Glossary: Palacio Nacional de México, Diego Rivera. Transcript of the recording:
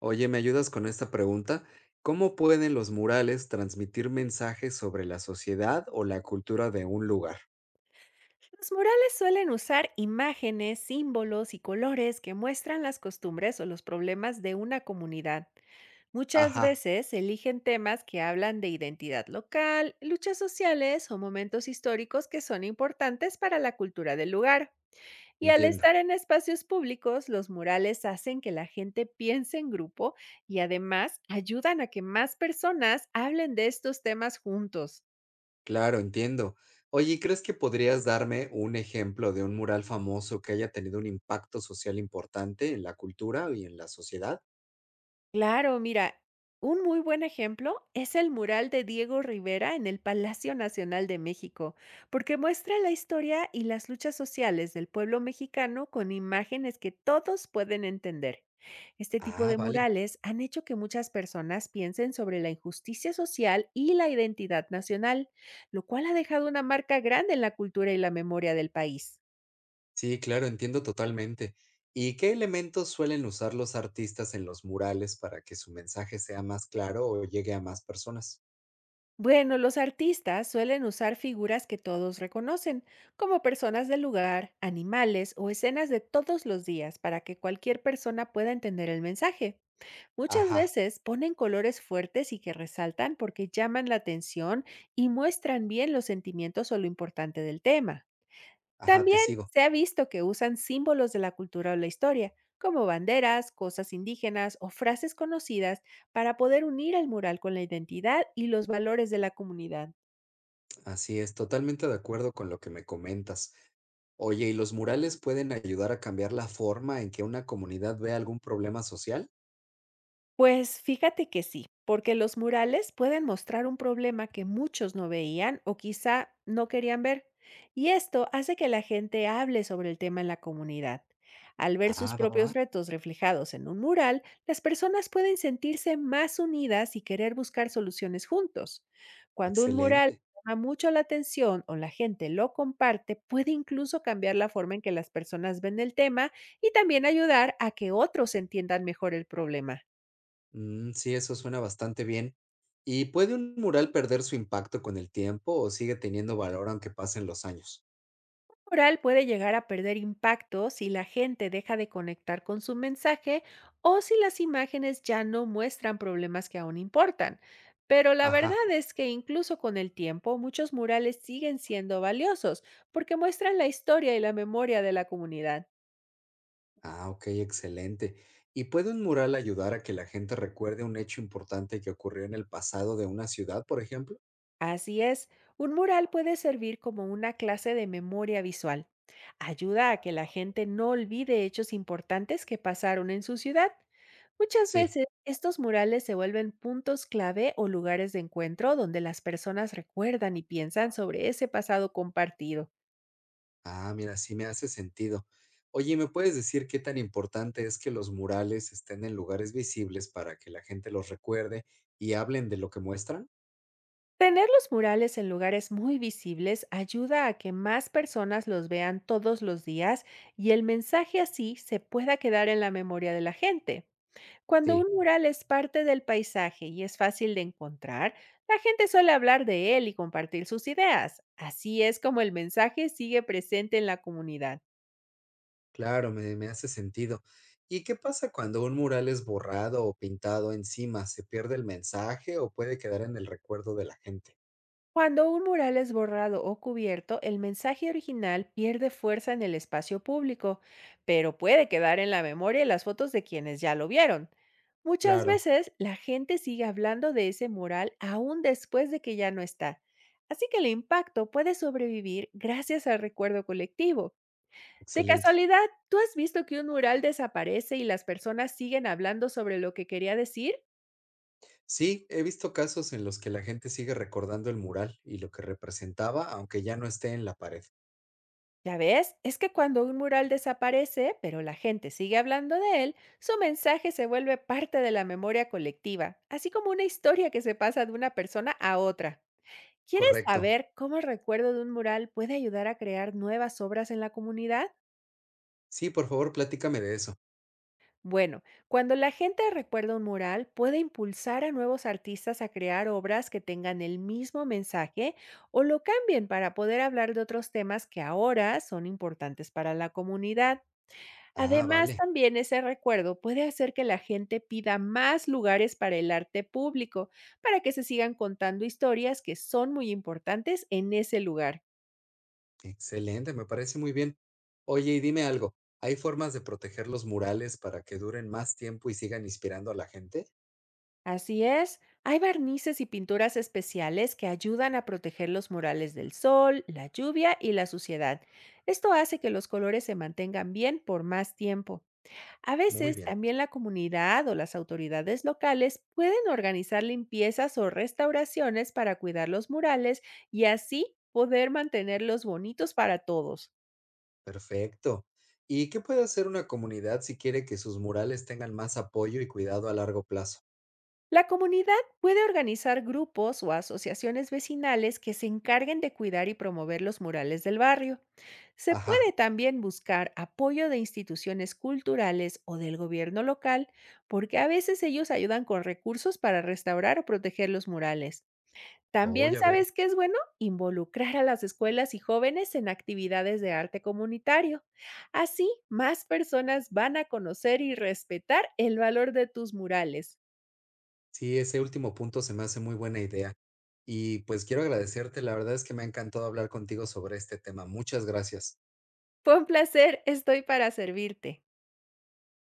Oye, ¿me ayudas con esta pregunta? ¿Cómo pueden los murales transmitir mensajes sobre la sociedad o la cultura de un lugar? Los murales suelen usar imágenes, símbolos y colores que muestran las costumbres o los problemas de una comunidad. Muchas Ajá, veces eligen temas que hablan de identidad local, luchas sociales o momentos históricos que son importantes para la cultura del lugar. Y al entiendo. estar en espacios públicos, los murales hacen que la gente piense en grupo y además ayudan a que más personas hablen de estos temas juntos. Claro, entiendo. Oye, ¿crees que podrías darme un ejemplo de un mural famoso que haya tenido un impacto social importante en la cultura y en la sociedad? Claro, mira, un muy buen ejemplo es el mural de Diego Rivera en el Palacio Nacional de México, porque muestra la historia y las luchas sociales del pueblo mexicano con imágenes que todos pueden entender. Este tipo Ah, de vale. murales han hecho que muchas personas piensen sobre la injusticia social y la identidad nacional, lo cual ha dejado una marca grande en la cultura y la memoria del país. Sí, claro, entiendo totalmente. ¿Y qué elementos suelen usar los artistas en los murales para que su mensaje sea más claro o llegue a más personas? Bueno, los artistas suelen usar figuras que todos reconocen, como personas del lugar, animales o escenas de todos los días, para que cualquier persona pueda entender el mensaje. Muchas Ajá, veces ponen colores fuertes y que resaltan porque llaman la atención y muestran bien los sentimientos o lo importante del tema. ajá, te También sigo. se ha visto que usan símbolos de la cultura o la historia, como banderas, cosas indígenas o frases conocidas, para poder unir el mural con la identidad y los valores de la comunidad. Así es, totalmente de acuerdo con lo que me comentas. Oye, ¿y los murales pueden ayudar a cambiar la forma en que una comunidad ve algún problema social? Pues fíjate que sí, porque los murales pueden mostrar un problema que muchos no veían o quizá no querían ver, y esto hace que la gente hable sobre el tema en la comunidad. Al ver sus Ah, va, va, propios retos reflejados en un mural, las personas pueden sentirse más unidas y querer buscar soluciones juntos. Cuando un mural excelente. llama mucho la atención o la gente lo comparte, puede incluso cambiar la forma en que las personas ven el tema y también ayudar a que otros entiendan mejor el problema. Mm, sí, eso suena bastante bien. ¿Y puede un mural perder su impacto con el tiempo o sigue teniendo valor aunque pasen los años? Oral puede llegar a perder impacto si la gente deja de conectar con su mensaje o si las imágenes ya no muestran problemas que aún importan. Pero la Ajá, verdad es que, incluso con el tiempo, muchos murales siguen siendo valiosos porque muestran la historia y la memoria de la comunidad. ah, ok, excelente. ¿Y puede un mural ayudar a que la gente recuerde un hecho importante que ocurrió en el pasado de una ciudad, por ejemplo? Así es, un mural puede servir como una clase de memoria visual. Ayuda a que la gente no olvide hechos importantes que pasaron en su ciudad. Muchas Sí. veces estos murales se vuelven puntos clave o lugares de encuentro donde las personas recuerdan y piensan sobre ese pasado compartido. Ah, mira, sí me hace sentido. Oye, ¿me puedes decir qué tan importante es que los murales estén en lugares visibles para que la gente los recuerde y hablen de lo que muestran? Tener los murales en lugares muy visibles ayuda a que más personas los vean todos los días y el mensaje así se pueda quedar en la memoria de la gente. Cuando Sí, un mural es parte del paisaje y es fácil de encontrar, la gente suele hablar de él y compartir sus ideas. Así es como el mensaje sigue presente en la comunidad. claro, me hace sentido. ¿Y qué pasa cuando un mural es borrado o pintado encima? ¿Se pierde el mensaje o puede quedar en el recuerdo de la gente? Cuando un mural es borrado o cubierto, el mensaje original pierde fuerza en el espacio público, pero puede quedar en la memoria y las fotos de quienes ya lo vieron. Muchas Claro, veces la gente sigue hablando de ese mural aún después de que ya no está, así que el impacto puede sobrevivir gracias al recuerdo colectivo. De excelente. casualidad, ¿tú has visto que un mural desaparece y las personas siguen hablando sobre lo que quería decir? Sí, he visto casos en los que la gente sigue recordando el mural y lo que representaba, aunque ya no esté en la pared. Ya ves, es que cuando un mural desaparece, pero la gente sigue hablando de él, su mensaje se vuelve parte de la memoria colectiva, así como una historia que se pasa de una persona a otra. ¿Quieres Correcto. saber cómo el recuerdo de un mural puede ayudar a crear nuevas obras en la comunidad? Sí, por favor, platícame de eso. Bueno, cuando la gente recuerda un mural, puede impulsar a nuevos artistas a crear obras que tengan el mismo mensaje o lo cambien para poder hablar de otros temas que ahora son importantes para la comunidad. Ah, Además, vale. también ese recuerdo puede hacer que la gente pida más lugares para el arte público, para que se sigan contando historias que son muy importantes en ese lugar. Excelente, me parece muy bien. Oye, y dime algo, ¿hay formas de proteger los murales para que duren más tiempo y sigan inspirando a la gente? Así es, hay barnices y pinturas especiales que ayudan a proteger los murales del sol, la lluvia y la suciedad. Esto hace que los colores se mantengan bien por más tiempo. A Muy veces bien, también la comunidad o las autoridades locales pueden organizar limpiezas o restauraciones para cuidar los murales y así poder mantenerlos bonitos para todos. perfecto. ¿Y qué puede hacer una comunidad si quiere que sus murales tengan más apoyo y cuidado a largo plazo? La comunidad puede organizar grupos o asociaciones vecinales que se encarguen de cuidar y promover los murales del barrio. Se Ajá, puede también buscar apoyo de instituciones culturales o del gobierno local, porque a veces ellos ayudan con recursos para restaurar o proteger los murales. oh, También ya veo. sabes que es bueno involucrar a las escuelas y jóvenes en actividades de arte comunitario. Así, más personas van a conocer y respetar el valor de tus murales. Sí, ese último punto se me hace muy buena idea. Y pues quiero agradecerte, la verdad es que me ha encantado hablar contigo sobre este tema. Muchas gracias. Fue un placer, estoy para servirte.